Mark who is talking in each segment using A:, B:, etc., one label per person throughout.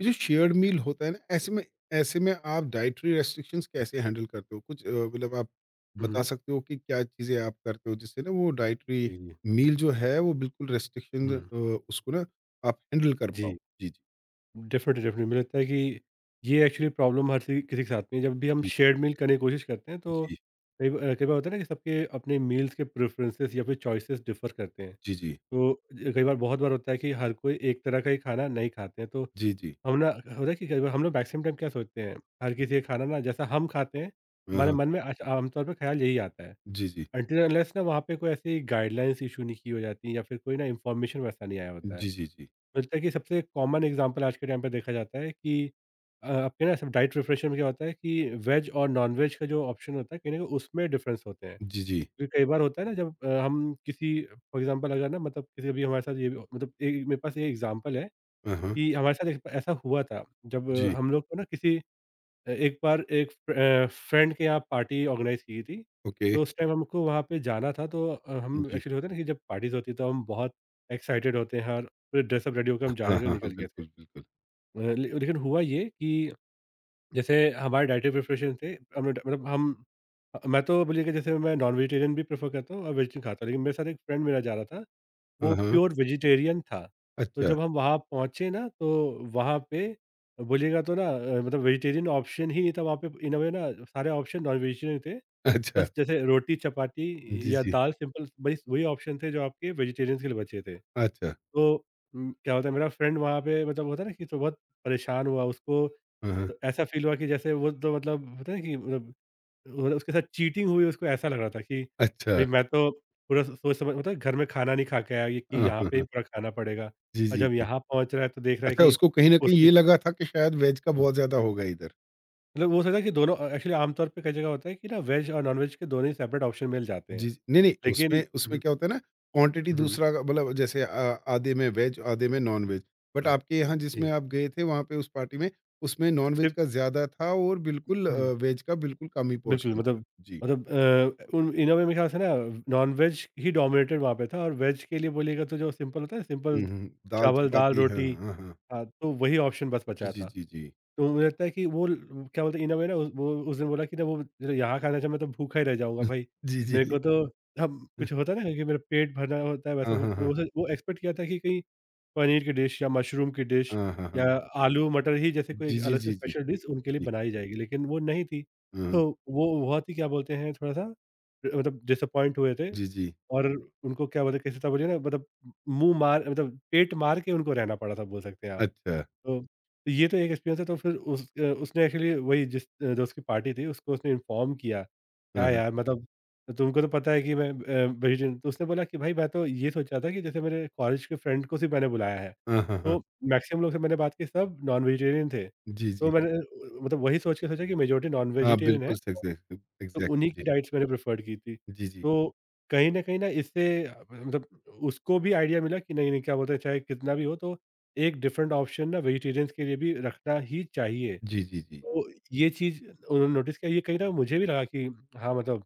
A: ये जो shared meal होता है ना, ऐसे में आप डाइटरी रेस्ट्रिक्शंस
B: हुँ,
A: कैसे हैंडल करते हो? कुछ मतलब आप बता
B: हुँ।
A: सकते हो कि क्या चीज़ें आप करते हो जिससे ना वो डाइटरी
B: जी, जी।
A: मील जो है वो बिल्कुल रेस्ट्रिक्शन,
B: हुँ,
A: उसको ना आप हैंडल कर पाओ?
B: जी।
A: जी, जी,
B: डेफ़िनेटली, डेफ़िनेटली मुझे लगता है कि ये एक्चुअली प्रॉब्लम हर सी किसी के साथ में है। जब भी हम
A: जी,
B: शेयर्ड मील करने की कोशिश करते हैं, तो
A: जी,
B: कई बार होता है ना कि सबके अपने मील्स के प्रेफ़रेंसेस या फिर चॉइसेस डिफ़र करते हैं।
A: जी, जी,
B: तो कई बार, बहुत बार होता है कि हर कोई एक तरह का ही खाना नहीं खाते हैं। तो
A: जी, जी।
B: हम ना, होता है कि कई बार हम लोग मैक्सिमम टाइम क्या सोचते हैं, हर किसी का खाना ना जैसा हम खाते हैं,
A: हाँ,
B: हमारे
A: हाँ।
B: मन में आज आमतौर पे ख़्याल यही आता है।
A: जी, जी।
B: अनटिल अनलेस ना वहाँ पे कोई ऐसी गाइडलाइंस इश्यू नहीं की हो जाती, या फिर कोई ना इन्फॉर्मेशन वैसा नहीं आया होता है।
A: जी, जी, जी।
B: मिलता है कि सबसे कॉमन एग्जांपल आज के टाइम पे देखा जाता है कि आपके ना सब डाइट प्रिपरेशन में क्या होता है कि वेज और नॉन-वेज का जो ऑप्शन होता है, कहीं न कहीं उसमें डिफरेंस होते हैं।
A: जी, जी।
B: क्योंकि कई बार होता है ना, जब हम किसी फॉर एग्जांपल अगर ना मतलब किसी अभी हमारे साथ ये भी मतलब एक, मेरे पास ये एग्जांपल है
A: हाँ, हाँ।
B: कि हमारे साथ एक ऐसा हुआ था, जब
A: जी,
B: हम लोग को ना किसी एक बार एक फ्रेंड के यहाँ पार्टी ऑर्गेनाइज़ की थी।
A: ओके।
B: तो उस टाइम हमको वहाँ पे जाना था, तो हम
A: जी।
B: एक्चुअली, होता है ना कि जब पार्टीज़ होती है, तो हम बहुत एक्साइटेड होते हैं, और पूरे ड्रेसअप रेडी होकर
A: हाँ,
B: हम जाने
A: हाँ,
B: के लिए
A: हाँ।
B: निकल गए थे।
A: बिल्कुल, बिल्कुल।
B: अ, ले लेकिन हुआ ये कि, जैसे हमारे डाइटरी प्रिपरेशन थे, हमने ड मतलब हम, मैं तो बोलिए कि जैसे मैं नॉन-वेजिटेरियन भी प्रेफ़र करता हूँ और वेजिटेरियन खाता हूँ, लेकिन मेरे साथ एक फ्रेंड मेरा जा रहा था,
A: हाँ,
B: वो
A: हाँ।
B: प्योर वेजिटेरियन था। तो
A: अच्छा,
B: जब हम वहाँ पहुँचे ना, तो वहाँ पे बोलिएगा तो ना, मतलब वेजिटेरियन ऑप्शन ही नहीं था वहाँ पे, इन अ वे ना, सारे ऑप्शन नॉन वेजिटेरियन थे।
A: अच्छा।
B: बस जैसे रोटी, चपाती
A: जी,
B: या
A: जी।
B: दाल, सिंपल वही वही ऑप्शन थे जो आपके वेजिटेरियंस के लिए बचे थे।
A: अच्छा।
B: तो क्या होता है, मेरा फ्रेंड वहाँ पे, मतलब होता है ना कि, तो बहुत परेशान हुआ उसको।
A: हाँ, हाँ।
B: तो ऐसा फ़ील हुआ कि जैसे वो तो, मतलब होता है ना कि, मतलब और उसके साथ चीटिंग हुई, उसको ऐसा लग रहा था कि
A: अच्छा।
B: भाई मैं तो पूरा सोच समझ, मतलब घर में खाना नहीं खा के आया, ये कि
A: हाँ,
B: यहाँ
A: हाँ,
B: पे ही
A: हाँ।
B: पूरा खाना पड़ेगा,
A: जी,
B: और
A: जी,
B: जब
A: जी।
B: यहाँ पहुँच रहा है तो देख रहा है
A: अच्छा,
B: कि
A: उसको कहीं न कहीं
B: उसकी,
A: ये लगा था कि शायद वेज का
B: हुँ।
A: बहुत ज़्यादा होगा इधर।
B: मतलब वो सोचा कि दोनों एक्चुअली आमतौर पे कई जगह होता है कि ना, वेज और नॉन-वेज के दोनों ही सेपरेट ऑप्शन मिल जाते हैं।
A: जी, जी। नहीं, नहीं,
B: लेकिन,
A: उसमें उसमें
B: हुँ,
A: क्या होता है ना, क्वांटिटी
B: हुँ,
A: मतलब जैसे आधे में वेज, आधे में नॉन-वेज। बट
B: हुँ,
A: आपके यहाँ
B: जी,
A: जिसमें आप गए थे वहाँ पे उस पार्टी में, उसमें नॉन-वेज
B: सिर्फ,
A: का ज़्यादा था और बिल्कुल,
B: हुँ।
A: वेज का बिल्कुल कम ही
B: बिल्कुल,
A: पोर्शन था।
B: मतलब
A: जी।
B: मतलब उन इन अ, वे मेरे ख्याल से ना, नॉन-वेज ही डोमिनेटेड वहाँ पे था, और वेज के लिए बोलिएगा तो जो सिंपल होता है, सिंपल
A: हुँ, हुँ। दाल
B: चावल, दाल,
A: चपाती, हाँ,
B: रोटी,
A: हाँ, हाँ।
B: हाँ, तो वही ऑप्शन बस
A: जी,
B: बचा
A: जी,
B: था।
A: जी, जी।
B: तो मुझे लगता है कि वो ल क्या बोलते हैं, इन अ, वे ना, वो उस दिन बोला कि ना, वो जरा यहाँ खाना, अच्छा मैं तो भूखा ही रह जाऊँगा भाई।
A: जी, जी।
B: मेरे
A: जी।
B: को तो, हम कुछ, होता है ना कि मेरा पेट भरना होता है, वैसा
A: हाँ,
B: हो-
A: हाँ, हाँ।
B: वो एक्सपेक्ट किया था कि कहीं पनीर की डिश या मशरूम की डिश
A: हाँ, हाँ,
B: या
A: हाँ।
B: आलू मटर ही जैसे कोई
A: जी, जी,
B: अलग से
A: जी, जी।
B: स्पेशल डिश उनके लिए
A: जी।
B: बनाई जाएगी, लेकिन वो नहीं थी।
A: हाँ।
B: तो वो बहुत ही, क्या बोलते हैं, थोड़ा-सा मतलब डिसअपॉइंट हुए थे,
A: जी, जी।
B: और उनको, क्या बोलते हैं, किसी तरह बोलिए ना, मतलब मुँह मार, मतलब पेट मार के उनको रहना पड़ा था, बोल सकते हैं आप।
A: अच्छा।
B: तो तो ये तो एक एक्सपीरियंस है। तो फिर उसने एक्चुअली वही, जिस दोस्त की पार्टी थी, उसको उसने इन्फॉर्म किया,
A: हाँ,
B: क्या
A: हाँ।
B: यार मतलब, तो तुमको तो पता है कि मैं, वेजिटेरियन। तो उसने बोला कि भाई, मैं तो ये सोचा था कि, जैसे मेरे कॉलेज के फ्रेंड को सिर्फ मैंने बुलाया है,
A: हाँ, हाँ, हाँ।
B: तो मैक्सिमम लोग से मैंने बात की, सब नॉन वेजिटेरियन थे।
A: जी, जी।
B: तो मैंने मतलब वही सोच के सोचा कि मेजॉरिटी नॉन
A: हाँ,
B: वेजिटेरियन है।
A: बिल्कुल सही।
B: तो उन्हीं
A: एग्ज़ैक्टली।
B: की डाइट्स मैंने प्रेफ़र्ड की थी।
A: जी, जी,
B: तो कहीं न कहीं ना इससे मतलब उसको भी आइडिया मिला कि नहीं, नहीं, क्या बोलते हैं, चाहे कितना भी हो, तो एक डिफरेंट ऑप्शन ना वेजिटेरियंस के लिए भी रखना ही चाहिए।
A: जी, जी, जी।
B: तो ये चीज़ उन्होंने नोटिस किया, ये कहीं ना मुझे भी लगा कि हाँ, मतलब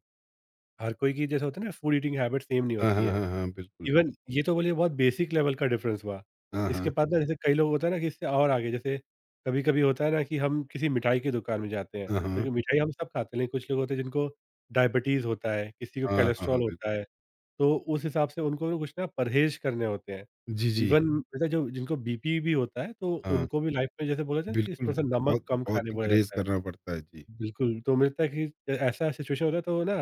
B: हर कोई की जैसे होता है ना, फूड ईटिंग हैबिट सेम नहीं
A: हाँ,
B: होती
A: हाँ,
B: है।
A: हाँ, हाँ, बिल्कुल।
B: इवन ये तो बोलिए बहुत बेसिक लेवल का डिफरेंस हुआ।
A: हाँ, हाँ,
B: इसके बाद ना जैसे कई लोग, होता है ना कि इससे और आगे जैसे कभी-कभी होता है ना कि हम किसी मिठाई की दुकान में जाते
A: हाँ,
B: हैं,
A: हाँ,
B: देखिए मिठाई हम सब खाते हैं, लेकिन कुछ लोग होते हैं जिनको डायबिटीज़ होता है, किसी को
A: हाँ, हाँ, हाँ,
B: कोलेस्ट्रॉल
A: बिल
B: होता है, तो उस हिसाब से उनको ना कुछ ना परहेज़ करने होते हैं।
A: जी, जी,
B: इवन जैसे जो जिनको बीपी भी होता है, तो
A: हाँ,
B: उनको भी लाइफ में जैसे बोला जाए कि
A: बिल्कुल।
B: थोड़ा-सा नमक
A: बहुत
B: कम
A: बहुत
B: खाने
A: ही
B: बोला
A: परहेज़
B: जाता है।
A: करना पड़ता है, जी।
B: बिल्कुल, तो मिलता है कि ऐसा सिचुएशन होता है तो ना,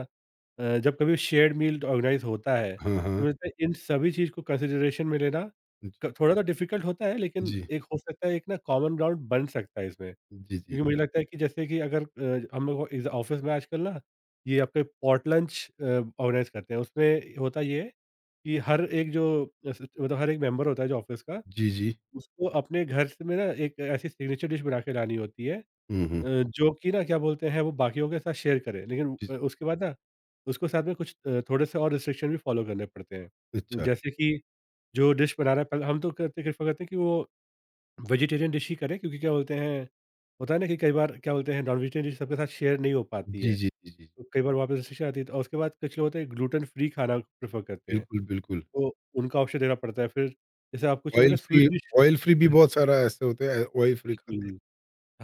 B: जब कभी शेयर्ड मील ऑर्गेनाइज़ होता है,
A: हाँ,
B: तो
A: हाँ,
B: मुझे लगता है इन सभी चीज़ को कंसिडरेशन में लेना
A: जी,
B: क थोड़ा-सा डिफ़िकल्ट होता है, लेकिन एक हो सकता है, एक ना कॉमन ग्राउंड बन सकता है इसमें।
A: जी, जी,
B: क्योंकि मुझे लगता है कि जैसे कि अगर, हम लोग इस ऑफ़िस में आजकल ना ये आपके पॉट लंच ऑर्गेनाइज़ करते हैं, उसमें होता ये है कि हर एक जो अस मतलब हर एक मेंबर होता है जो ऑफ़िस का,
A: जी, जी,
B: उसको अपने घर से में ना एक ऐसी सिग्नेचर डिश बना के लानी होती है,
A: हम्म, हम्म, जी, हुँ, हुँ,
B: जो कि ना, क्या बोलते हैं, वो बाकियों के साथ शेयर करें, लेकिन
A: जी,
B: उसके बाद ना उसको साथ में कुछ, थोड़े से और रिस्ट्रिक्शन भी फ़ॉलो करने पड़ते हैं।
A: अच्छा,
B: जैसे कि, जो डिश बना रहा है, पहले हम तो करते प्रेफ़र करते हैं कि वो वेजिटेरियन डिश ही करें, क्योंकि क्या बोलते हैं, होता है ना कि कई बार, क्या बोलते हैं, नॉन-वेजिटेरियन डिश सबके साथ शेयर नहीं हो पाती
A: जी,
B: है।
A: जी, जी, जी,
B: तो कई बार वहाँ पे रिस्ट्रिक्शन आती है, और उसके बाद कुछ लोग होते हैं, ग्लूटेन फ्री खाना प्रेफ़र करते हैं।
A: बिल्कुल, बिल्कुल।
B: तो उनका ऑप्शन देना पड़ता है। फिर जैसे आप कुछ अगर
A: ऑयल
B: ना sweet
A: free
B: dish,
A: oil free भी बहुत सारा ऐसे होते हैं, ऑयल फ्री खाते
B: बिल्कुल।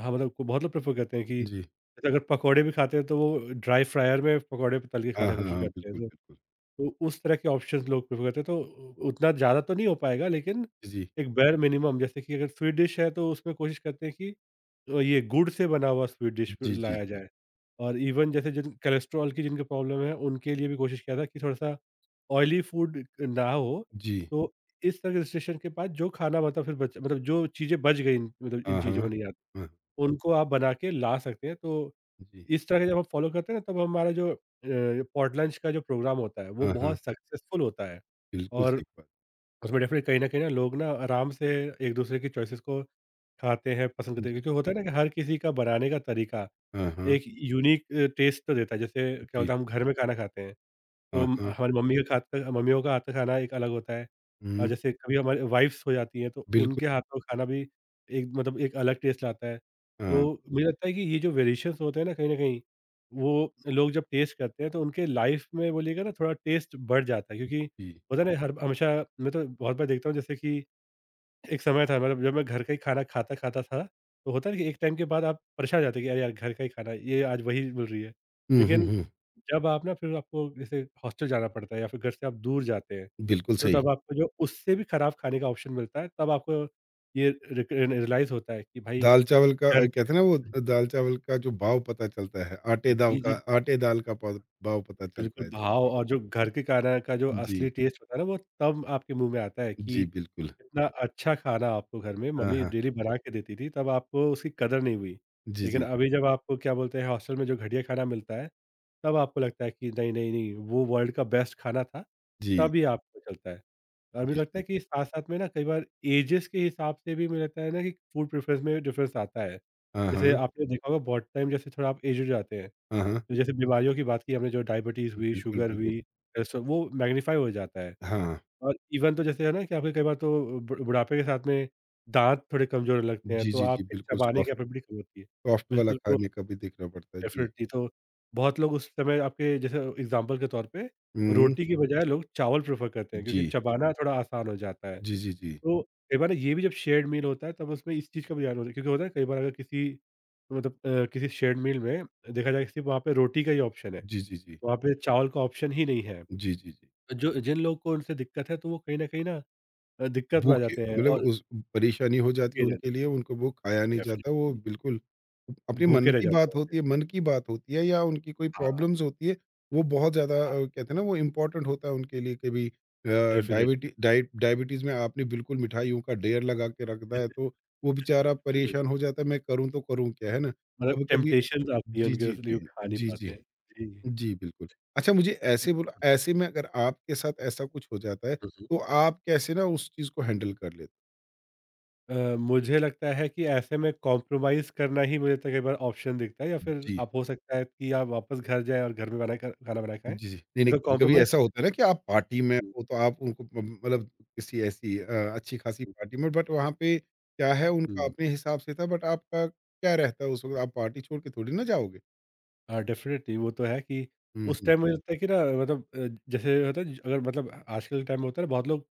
B: हाँ, मतलब को बहुत लोग प्रेफ़र करते हैं कि
A: हैं, जी।
B: जैसे अगर पकौड़े भी खाते हैं तो वो ड्राई फ्रायर में पकौड़े पे तल के
A: हाँ,
B: खाने की
A: हाँ,
B: कोशिश
A: हाँ,
B: करते हैं।
A: बिल्कुल,
B: तो
A: बिल्कुल,
B: तो उस तरह के ऑप्शंस लोग प्रेफ़र करते हैं, तो उ उतना ज़्यादा तो नहीं हो पाएगा, लेकिन
A: जी,
B: एक बेयर मिनिमम जैसे कि अगर स्वीट डिश है, तो उसमें कोशिश करते हैं कि ये गुड़ से बना हुआ स्वीट डिश
A: जी, जी, जी,
B: लाया
A: जी,
B: जाए। और इवन जैसे जिन कोलेस्ट्रॉल की जिनको प्रॉब्लम है, उनके लिए भी कोशिश किया था कि थोड़ा-सा ऑयली फूड ना हो।
A: जी।
B: तो इस तरह के रिस्ट्रिक्शन के बाद जो खाना, मतलब फिर बच मतलब जो चीज़ें बच गई, मतलब इन
A: हाँ,
B: चीज़ों में
A: हाँ,
B: नहीं आ,
A: हाँ,
B: उनको आप बना के ला सकते हैं। तो
A: जी,
B: इस तरह के जब हम फ़ॉलो करते हैं ना, तब हमारा जो अ, पॉटलंच का जो प्रोग्राम होता है, वो
A: हाँ, हाँ।
B: बहुत सक्सेसफुल होता है।
A: बिल्कुल
B: और
A: सही बात।
B: उसमें डेफ़िनेटली कहीं न कहीं ना लोग ना आराम से एक-दूसरे की चॉइसेस को खाते हैं, पसंद करते हैं।
A: जी।
B: क्योंकि होता है ना कि हर किसी का बनाने का तरीका
A: हाँ, हाँ।
B: एक यूनिक टेस्ट तो देता है। जैसे क्या
A: जी।
B: होता है, हम घर में खाना खाते हैं। तो
A: हाँ,
B: म
A: हाँ।
B: हमारी मम्मी के हाथ का, मम्मियों का हाथ का खाना एक अलग होता है। और
A: हुँ,
B: जैसे कभी हमारी वाइफ़्स हो जाती हैं, तो
A: बिल्कुल।
B: उनके हाथ का खाना भी एक, मतलब एक अलग टेस्ट लाता है।
A: हाँ,
B: तो मुझे लगता है कि ये जो वेरिएशंस होते हैं ना, कहीं न कहीं, वो लोग जब टेस्ट करते हैं, तो उनके लाइफ़ में बोलिएगा ना, थोड़ा टेस्ट बढ़ जाता है, क्योंकि
A: जी।
B: होता है ना, हर हमेशा मैं तो बहुत बार देखता हूँ, जैसे कि एक समय था, मतलब जब मैं घर का ही खाना खाता-खाता था, तो होता है ना कि एक टाइम के बाद आप परेशान हो जाते हैं कि अरे यार! घर का ही खाना ये आज वही मिल रही है।
A: हुँ, हुँ,
B: लेकिन
A: हुँ।
B: जब आप ना फिर आपको जैसे हॉस्टल जाना पड़ता है या फिर घर से आप दूर जाते हैं,
A: बिल्कुल
B: तो
A: सही।
B: तब आपको जो उससे भी खराब खाने का ऑप्शन मिलता है, तब आपको ये रिक रियलाइज़ होता है कि भाई
A: दाल-चावल का,
B: घर का।
A: कहते हैं ना वो दाल-चावल का जो भाव पता चलता है,
B: जी, जी।
A: आटे दाल का पा भाव पता चलता
B: बिल्कुल,
A: है। जी,
B: भाव
A: जी।
B: और जो घर के खाना का जो
A: जी,
B: असली टेस्ट होता है ना, वो तब आपके मुँह में आता है कि
A: जी, बिल्कुल।
B: इतना अच्छा खाना आपको घर में
A: हाँ,
B: मम्मी
A: हाँ।
B: डेली बना के देती थी, तब आपको उसकी कदर नहीं हुई।
A: जी,
B: लेकिन
A: जी।
B: अभी जब आपको क्या बोलते हैं हॉस्टल में जो घटिया खाना मिलता है, तब आपको लगता है कि नहीं, नहीं, नहीं वो वर्ल्ड का बेस्ट खाना था,
A: जी,
B: तभी आपको चलता है। और
A: जी,
B: मुझे लगता है
A: सही।
B: कि साथ-साथ में ना कई बार एजेस के हिसाब से भी मुझे लगता है ना कि फूड प्रेफरेंस में डिफरेंस आता है।
A: हाँ,
B: जैसे
A: हाँ।
B: आपने देखा होगा बहुत टाइम जैसे थोड़ा आप एज्ड हो जाते हैं,
A: हाँ, हाँ।
B: तो जैसे बीमारियों की बात की हमने जो डायबिटीज़ हुई,
A: बिल्कुल,
B: शुगर हुँ।
A: बिल्कुल।
B: हुई, अ, स वो मैग्नीफाई हो जाता है
A: हाँ।
B: और इवन तो जैसे है ना कि आपके कई बार तो बु बुढ़ापे के साथ में दाँत थोड़े कमज़ोर होने लगते हैं,
A: जी,
B: तो
A: जी, जी,
B: आपके
A: बिल्कुल।
B: चबाने की
A: सॉफ्ट
B: कैपेबिलिटी कम होती है।
A: सॉफ्ट वाला
B: बिल्कुल, तो
A: खाने का भी देखना पड़ता है। जी।
B: डेफ़िनेटली तो बहुत लोग उस समय आपके जैसे एग्ज़ाम्पल के तौर पे
A: हुँ,
B: रोटी की बजाय लोग चावल प्रेफ़र करते हैं क्योंकि
A: जी।
B: चबाना थोड़ा आसान हो जाता है।
A: जी, जी, जी।
B: तो कई बार ना ये भी जब शेयर्ड मील होता है तब उसमें इस चीज़ का भी ध्यान होता है, क्योंकि होता है कई बार अगर किसी मतलब किसी शेयर्ड मील में देखा जाए सिर्फ़ वहाँ पे रोटी का ही ऑप्शन है।
A: जी, जी, जी।
B: वहाँ पे चावल का ऑप्शन ही नहीं है।
A: जी, जी, जी।
B: जो जिन लोगों को उनसे दिक्कत है, तो वो कहीं न कहीं ना दिक्कत में आ
A: भूखे
B: जाते हैं
A: मतलब,
B: और
A: उस परेशानी हो जाती है
B: भूखे रह
A: उनके लिए, उनको वो खाया नहीं जाता, वो
B: डेफ़िनिटली
A: बिल्कुल अपने मन
B: भूखे रह
A: की
B: जाते हैं
A: बात
B: वहाँ पे।
A: होती है, मन की बात होती है, या उनकी कोई
B: हाँ,
A: प्रॉब्लम्स होती है, वो बहुत ज़्यादा,
B: हाँ,
A: कहते हैं ना, वो इम्पोर्टेंट होता है उनके लिए कभी,
B: डेफ़िनिटली।
A: डायबिटीज़ में आपने बिल्कुल मिठाइयों का ढेर लगा के रख दिया है, तो वो बेचारा
B: बिल्कुल,
A: परेशान हो जाता है, मैं करूँ तो करूँ क्या, है ना?
B: मतलब
A: कभी-कभी।
B: टेम्पटेशंस आती है
A: जी,
B: उनके,
A: जी,
B: इसलिए वो
A: जी।
B: खा नहीं
A: जी,
B: पाते
A: जी।
B: हैं। जी।
A: जी, बिल्कुल। अच्छा, मुझे ऐसे बोला, ऐसे में अगर आपके साथ ऐसा कुछ हो जाता है,
B: हुँ, हुँ।
A: तो आप कैसे ना उस चीज़ को हैंडल कर लेते?
B: मुझे लगता है कि ऐसे में कॉम्प्रोमाइज़ करना ही मुझे तो कई बार ऑप्शन दिखता है, या फिर
A: जी।
B: आप हो सकता है कि आप वापस घर जाएँ और घर में बना कर खाना बना के खाएँ।
A: जी, जी। नहीं,
B: ये
A: नहीं,
B: तो
A: कभी-कभी
B: कॉम्प्रोमाइज़।
A: ऐसा होता है ना कि आप पार्टी में
B: हुँ,
A: हो तो आप उनको म मतलब किसी ऐसी, अच्छी-खासी
B: हुँ,
A: पार्टी में, बट वहाँ पे क्या है उनका
B: हुँ।
A: अपने हिसाब से था, बट आपका क्या रहता है उस वक़्त, आप पार्टी छोड़ के थोड़ी ना जाओगे?
B: हाँ, डेफ़िनेटली वो तो है कि
A: हुँ,
B: उस
A: हुँ।
B: टाइम मुझे लगता है कि ना मतलब जैसे होता है अगर मतलब आजकल के टाइम में होता है ना, बहुत लोग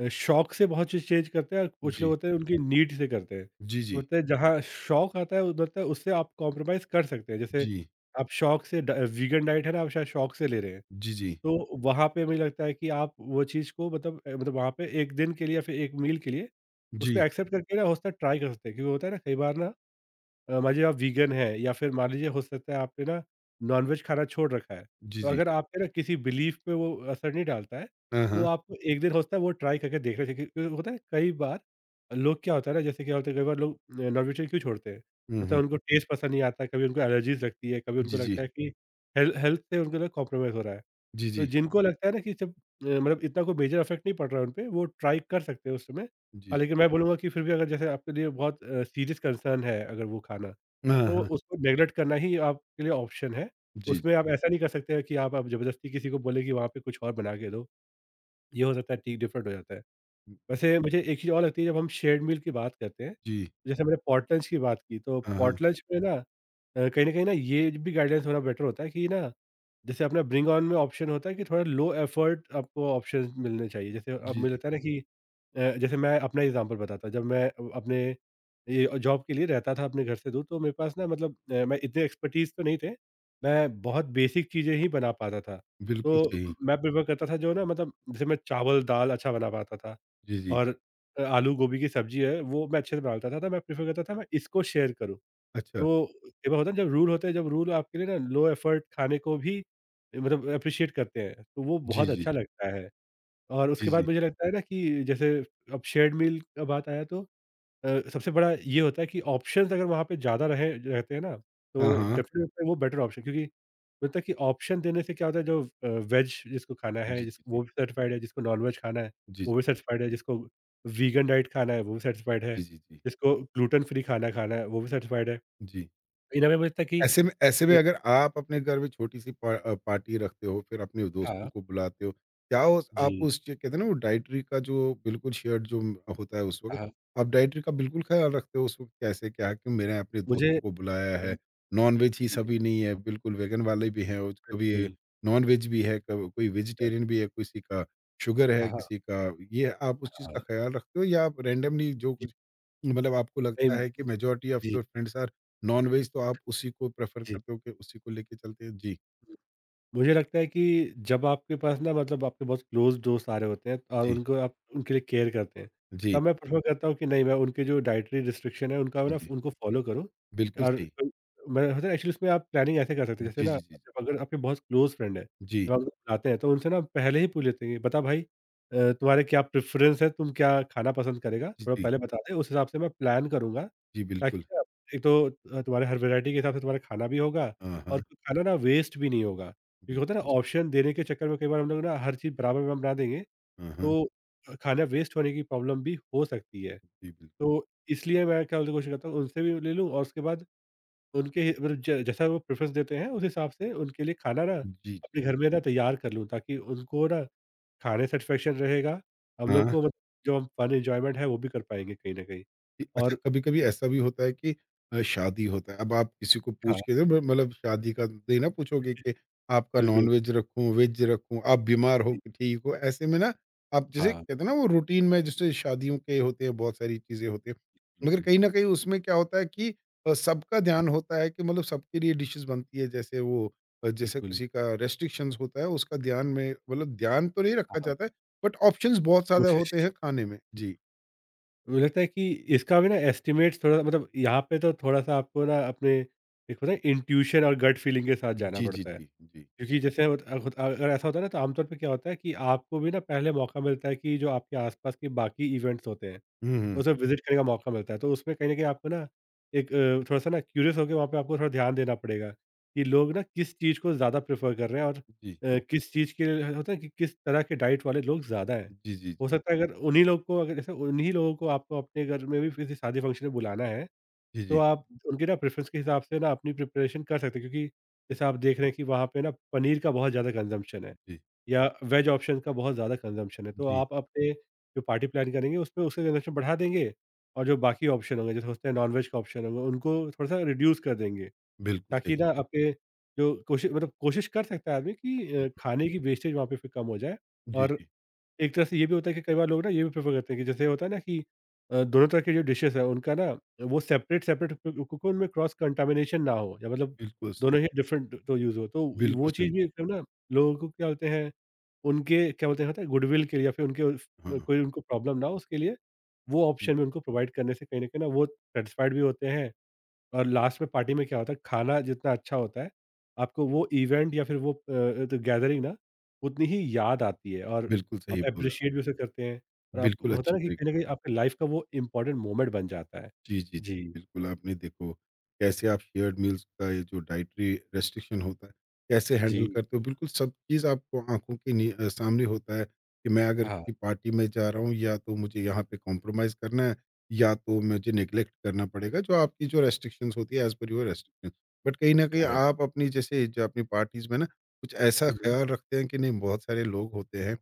B: शौक से बहुत चीज़ चेंज करते हैं और कुछ लोग
A: जी।
B: होते हैं उनकी नीड से करते हैं।
A: जी,
B: तो
A: जी।
B: होता है जहाँ शौक आता है मतलब उससे आप कॉम्प्रोमाइज़ कर सकते हैं। जैसे
A: जी।
B: आप शौक से ड वीगन डाइट है ना, आप शायद शौक से ले रहे हैं।
A: जी, जी।
B: तो वहाँ पे मुझे लगता है कि आप वो चीज़ को मतलब मतलब वहाँ पे 1 दिन के लिए या फिर 1 मील के लिए उसको
A: जी।
B: एक्सेप्ट करके ना हो सकता है ट्राई कर सकते हैं। क्योंकि होता है ना कई बार ना मान लीजिए आप वीगन हैं, या फिर मान लीजिए हो सकता है आपने ना नॉनवेज खाना छोड़ रखा है,
A: जी,
B: तो
A: जी।
B: अगर आप पे ना किसी बिलीफ पे वो असर नहीं डालता है,
A: हाँ,
B: तो
A: हाँ।
B: आपको एक दिन हो सकता है वो ट्राई करके देखना चाहिए। क्योंकि होता है कई बार लोग क्या होता है ना, जैसे क्या होता है कई बार लोग नॉनवेजिटेरियन क्यों छोड़ते हैं?
A: हुँ,
B: होता
A: हुँ।
B: है उनको टेस्ट पसंद नहीं आता, कभी उनको एलर्जीज़ लगती है, कभी
A: जी,
B: उनको लगता
A: जी।
B: है कि हेल्थ से उनको ना कॉम्प्रोमाइज़ हो रहा है।
A: जी,
B: तो
A: जी।
B: जिनको लगता है ना कि जब मतलब इतना कोई मेजर इफेक्ट नहीं पड़ रहा है उन पे, वो ट्राई कर सकते हैं उस समय।
A: जी।
B: हालाँकि मैं बोलूँगा कि फिर भी अगर जैसे आपके लिए बहुत सीरियस कंसर्न है अगर वो खाना,
A: हाँ,
B: तो
A: हाँ।
B: उसको नेग्लेक्ट करना ही आपके लिए ऑप्शन है।
A: जी,
B: उसमें
A: जी।
B: आप ऐसा नहीं कर सकते हैं कि आप ज़बरदस्ती किसी को बोले कि वहाँ पे कुछ और बना के दो। ये हो सकता है टी डिफ़रेंट हो जाता है। वैसे मुझे एक चीज़ और लगती है, जब हम शेयर्ड मील की बात करते हैं,
A: जी।
B: जैसे मैंने पॉट लंच की बात की तो
A: हाँ, हाँ।
B: पॉट लंच में ना कहीं न कहीं ना ये भी गाइडेंस होना बेटर होता है कि ना जैसे अपना ब्रिंग ऑन में ऑप्शन होता है कि थोड़ा लो एफर्ट आपको ऑप्शंस मिलने चाहिए। जैसे अब
A: जी,
B: मुझे
A: जी।
B: लगता है ना कि जैसे मैं अपना एग्ज़ाम्पल बताता हूँ, जब मैं अपने ये जॉब के लिए रहता था अपने घर से दूर, तो मेरे पास ना मतलब मैं इतने एक्सपर्टीज़ तो नहीं थे। मैं बहुत बेसिक चीज़ें ही बना पाता था।
A: बिल्कुल
B: तो
A: सही।
B: मैं प्रेफ़र करता था जो ना मतलब जैसे मैं चावल-दाल अच्छा बना पाता था।
A: जी, जी।
B: और आलू गोभी की सब्ज़ी है, वो मैं अच्छे से बना लेता था, तो मैं प्रेफ़र करता था मैं इसको शेयर करूँ।
A: अच्छा।
B: तो कई बार होता है ना जब रूल होते हैं, जब रूल आपके लिए ना लो एफ़र्ट खाने को भी मतलब एप्रिशिएट करते हैं, तो वो
A: जी,
B: बहुत
A: जी।
B: अच्छा लगता है। और
A: जी,
B: उसके बाद
A: जी।
B: मुझे लगता है ना कि जैसे अब शेयर्ड मील का बात आया, तो सबसे बड़ा ये होता है कि ऑप्शंस अगर वहाँ पे ज़्यादा रहे रहते हैं ना,
A: हाँ,
B: तो
A: हाँ।
B: डेफ़िनेटली होता है वो बेटर ऑप्शन, क्योंकि होता है कि ऑप्शन देने से क्या होता है जो वेज जिसको खाना है
A: जी,
B: जिस
A: जी, जी।
B: वो भी सर्टिफ़ाइड है, जिसको नॉन-वेज खाना है,
A: जी,
B: वो भी
A: जी।
B: सर्टिफ़ाइड है, जिसको वीगन डाइट खाना है, वो भी सर्टिफ़ाइड है,
A: जी, जी, जी।
B: जिसको ग्लूटेन फ्री खाना खाना है, वो भी सर्टिफ़ाइड है।
A: जी।
B: इन हमें लगता है कि
A: ऐसे में
B: अ,
A: अगर आप अपने घर में छोटी-सी, पार्टी रखते हो, फिर अपने दोस्तों
B: हाँ,
A: को बुलाते हो, क्या उस आप
B: जी,
A: उस च कहते हैं ना वो डाइटरी का जो बिल्कुल शेयर्ड जो होता है उस वक़्त,
B: हाँ,
A: आप डाइटरी का बिल्कुल ख़्याल रखते हो उस वक़्त, कैसे, क्या है कि मैंने अपने
B: मुझे
A: दोस्तों को बुलाया
B: अ,
A: है, नॉन-वेज ही
B: जी, जी,
A: सभी नहीं है, बिल्कुल वेगन वाले भी हैं, और कभी
B: बिल्कुल,
A: नॉन-वेज भी है, कब कोई वेजिटेरियन
B: डेफ़िनेटली,
A: भी है, किसी का शुगर है,
B: हाँ,
A: किसी का ये है, आप उस चीज़
B: हाँ,
A: का ख़्याल रखते हो, या आप रैंडमली जो
B: जी,
A: कुछ, मतलब आपको लगता
B: नहीं,
A: है कि मेजॉरिटी ऑफ
B: जी,
A: योर फ्रेंड्स आर नॉनवेज, तो आप उसी को प्रेफ़र
B: जी।
A: करते हो कि उसी को लेके चलते हैं। जी,
B: मुझे लगता है कि जब आपके पास ना मतलब आपके बहुत क्लोज़ दोस्त आ रहे होते हैं और
A: जी,
B: उनको आप उनके लिए केयर करते हैं,
A: जी,
B: तब मैं प्रेफ़र करता हूँ कि नहीं मैं उनके जो डाइटरी रिस्ट्रिक्शन है उनका
A: जी,
B: ना
A: जी।
B: उनको फ़ॉलो करूँ,
A: बिल्कुल
B: और
A: सही।
B: मैं होता है एक्चुअली उसमें आप प्लानिंग ऐसे कर सकते हैं, जैसे
A: जी,
B: ना
A: जी, जी,
B: जब अगर आपके बहुत क्लोज़ फ्रेंड है,
A: जी,
B: जब आप उनको बुलाते हैं तो उनसे ना पहले ही पूछ लेते हैं कि बता भाई तुम्हारे क्या प्रेफ़रेंस है, तुम क्या खाना पसंद करेगा?
A: जी,
B: थोड़ा
A: जी,
B: पहले बता दे, उस हिसाब से मैं प्लान करूँगा,
A: जी,
B: ताकि
A: बिल्कुल।
B: ना एक तो तुम्हारे हर वैरायटी के हिसाब से तुम्हारा खाना भी होगा
A: हाँ,
B: और
A: हाँ,
B: खाना ना वेस्ट भी नहीं होगा। क्योंकि होता है ना
A: बिल्कुल।
B: ऑप्शन देने के चक्कर में कई बार हम लोग ना हर चीज़ बराबर में हम बना देंगे,
A: हाँ, हाँ।
B: तो खाना वेस्ट होने की प्रॉब्लम भी हो सकती है।
A: जी, बिल्कुल।
B: तो इसलिए मैं क्या बोलते हैं कोशिश करता हूँ उनसे भी ले लूँ, और उसके बाद उनके ही मतलब ज जैसा वो प्रेफ़रेंस देते हैं उस हिसाब से उनके लिए खाना ना
A: जी, जी।
B: अपने घर में ना तैयार कर लूँ, ताकि उनको ना खाने सैटिस्फैक्शन रहेगा। हम लोग
A: हाँ।
B: को मतलब जो हम फन एन्जॉयमेंट है वो भी कर पाएँगे कहीं न कहीं।
A: कि अच्छा,
B: और
A: कभी-कभी ऐसा भी होता है कि शादी होता है। अब आप किसी को पूछ
B: हाँ,
A: के ब मतलब शादी का ये ना पूछोगे कि आपका
B: बिल्कुल।
A: नॉन-वेज रखूँ, वेज रखूँ, आप बीमार हो
B: जी,
A: कि ठीक हो? ऐसे में ना आप, जैसे
B: हाँ।
A: कहते हैं ना वो रूटीन में जैसे शादियों के होते हैं, बहुत सारी चीज़ें होती हैं।
B: हुँ,
A: मगर
B: हुँ।
A: कहीं न कहीं उसमें क्या होता है कि सबका
B: हाँ,
A: ध्यान होता है, कि मतलब सबके लिए डिशेज़ बनती है, जैसे वो, जैसे
B: बिल्कुल।
A: किसी का रेस्ट्रिक्शंस होता है उसका ध्यान में, मतलब ध्यान तो नहीं रखा
B: हाँ,
A: जाता है, बट ऑप्शंस बहुत ज़्यादा
B: कोशिश
A: होते हैं खाने में। जी।
B: मुझे लगता है कि इसका भी ना एस्टिमेट्स थोड़ा मतलब यहाँ पे तो थोड़ा-सा आपको ना अपने एक होता है इंट्यूशन और गट फीलिंग के साथ जाना
A: जी, जी,
B: पड़ता है।
A: जी। जी।
B: क्योंकि जैसे होत अ, होत अगर ऐसा होता है ना, तो आमतौर पे क्या होता है कि आपको भी ना पहले मौका मिलता है कि जो आपके आस-पास के बाकी इवेंट्स होते हैं
A: हुँ, हुँ।
B: उसे विज़िट करने का मौका मिलता है, तो उसमें कहीं न कहीं आपको ना एक थोड़ा-सा ना क्यूरियस होके वहाँ पे आपको थोड़ा ध्यान देना पड़ेगा, कि लोग ना किस चीज़ को ज़्यादा प्रेफ़र कर रहे हैं और
A: जी।
B: किस चीज़ के लिए होता है कि किस तरह के डाइट वाले लोग ज़्यादा हैं।
A: जी, जी,
B: हो सकता है अगर उन्हीं लोग को अगर जैसे उन्हीं लोगों को आपको अपने घर में भी किसी शादी फंक्शन में बुलाना है,
A: जी,
B: तो
A: जी,
B: आप उनके ना प्रेफ़रेंस के हिसाब से ना अपनी प्रिपरेशन कर सकते हैं, क्योंकि
A: जी,
B: जैसे आप देख रहे हैं कि वहाँ पे ना पनीर का बहुत ज़्यादा कंज़म्पशन है।
A: जी,
B: या वेज ऑप्शन का बहुत ज़्यादा कंज़म्पशन है, तो
A: जी,
B: आप अपने जो पार्टी प्लान करेंगे उसमें उसका कंज़म्पशन बढ़ा देंगे, और जो बाकी ऑप्शन होंगे जैसे होते हैं नॉन-वेज का ऑप्शन होगा उनको थोड़ा-सा रिड्यूस कर देंगे,
A: बिल्कुल सही।
B: ताकि ना आपके जो कोशि मतलब कोशिश कर सकता है आदमी कि
A: हुँ,
B: खाने की वेस्टेज वहाँ पे फिर कम हो जाए।
A: जी,
B: और
A: जी,
B: एक तरह से ये भी होता है कि कई बार लोग ना ये भी प्रेफ़र करते हैं कि जैसे होता है ना कि दोनों तरह के जो डिशेज़ हैं उनका ना वो सेपरेट-सेपरेट, क्योंकि उनमें क्रॉस कंटामिनेशन ना हो, या मतलब
A: बिल्कुल स
B: दोनों ही डिफरेंट तो यूज़ हो, तो
A: बिल्कुल
B: वो
A: सही।
B: चीज़ भी एक ना लोगों को क्या बोलते हैं, उनके क्या बोलते हैं होता है गुडविल के लिए, या फिर उनके उस
A: हाँ,
B: कोई उनको प्रॉब्लम ना हो उसके लिए वो ऑप्शन भी उनको प्रोवाइड करने से कहीं न कहीं ना वो सैटिस्फाइड भी होते हैं। और लास्ट में पार्टी में क्या होता है खाना जितना अच्छा होता है, आपको वो इवेंट या फिर वो तो गैदरिंग ना उतनी ही याद आती है, और
A: बिल्कुल
B: आप
A: सही बोला।
B: एप्रिशिएट भी उसे करते हैं, और आप
A: बिल्कुल
B: होता है
A: अच्छी
B: ना कि
A: तरीके।
B: कहीं न कहीं आपकी लाइफ़ का वो इम्पोर्टेंट मोमेंट बन जाता है।
A: जी, जी। जी,
B: जी,
A: बिल्कुल, आपने देखो कैसे आप शेयर्ड मील्स का ये जो डाइटरी रेस्ट्रिक्शन होता है, कैसे
B: जी।
A: हैंडल करते हो? बिल्कुल सब चीज़ आपको आँखों के सामने होता है कि मैं अगर
B: हाँ,
A: किसी पार्टी में जा रहा हूँ, या तो मुझे यहाँ पे कॉम्प्रोमाइज़ करना है, या तो मुझे नेगलेक्ट करना पड़ेगा जो आपकी जो रेस्ट्रिक्शंस होती है, as per your restriction. But कहीं न कहीं
B: करेक्ट।
A: आप अपनी जैसे जो अपनी पार्टीज़ में ना कुछ ऐसा
B: हुँ, हुँ।
A: ख़्याल रखते हैं कि नहीं बहुत सारे लोग होते हैं,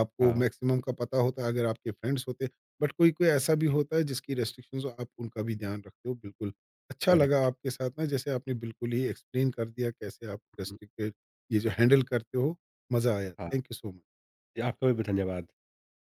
A: आपको
B: हाँ,
A: मैक्सिमम का पता होता है अगर आपके फ्रेंड्स होते हैं, बट कोई कोई ऐसा भी
B: जी,
A: होता है जिसकी रेस्ट्रिक्शंस हो, आप उनका भी ध्यान रखते हो, बिल्कुल। अच्छा लगा
B: करेक्ट।
A: आपके साथ, ना जैसे आपने बिल्कुल ही एक्सप्लेन कर दिया कैसे आप
B: हुँ,
A: रेस्ट्रिक्टेड ये जो हैंडल करते हो, मज़ा आया।
B: हाँ,
A: थैंक यू सो मच।
B: आपका भी धन्यवाद।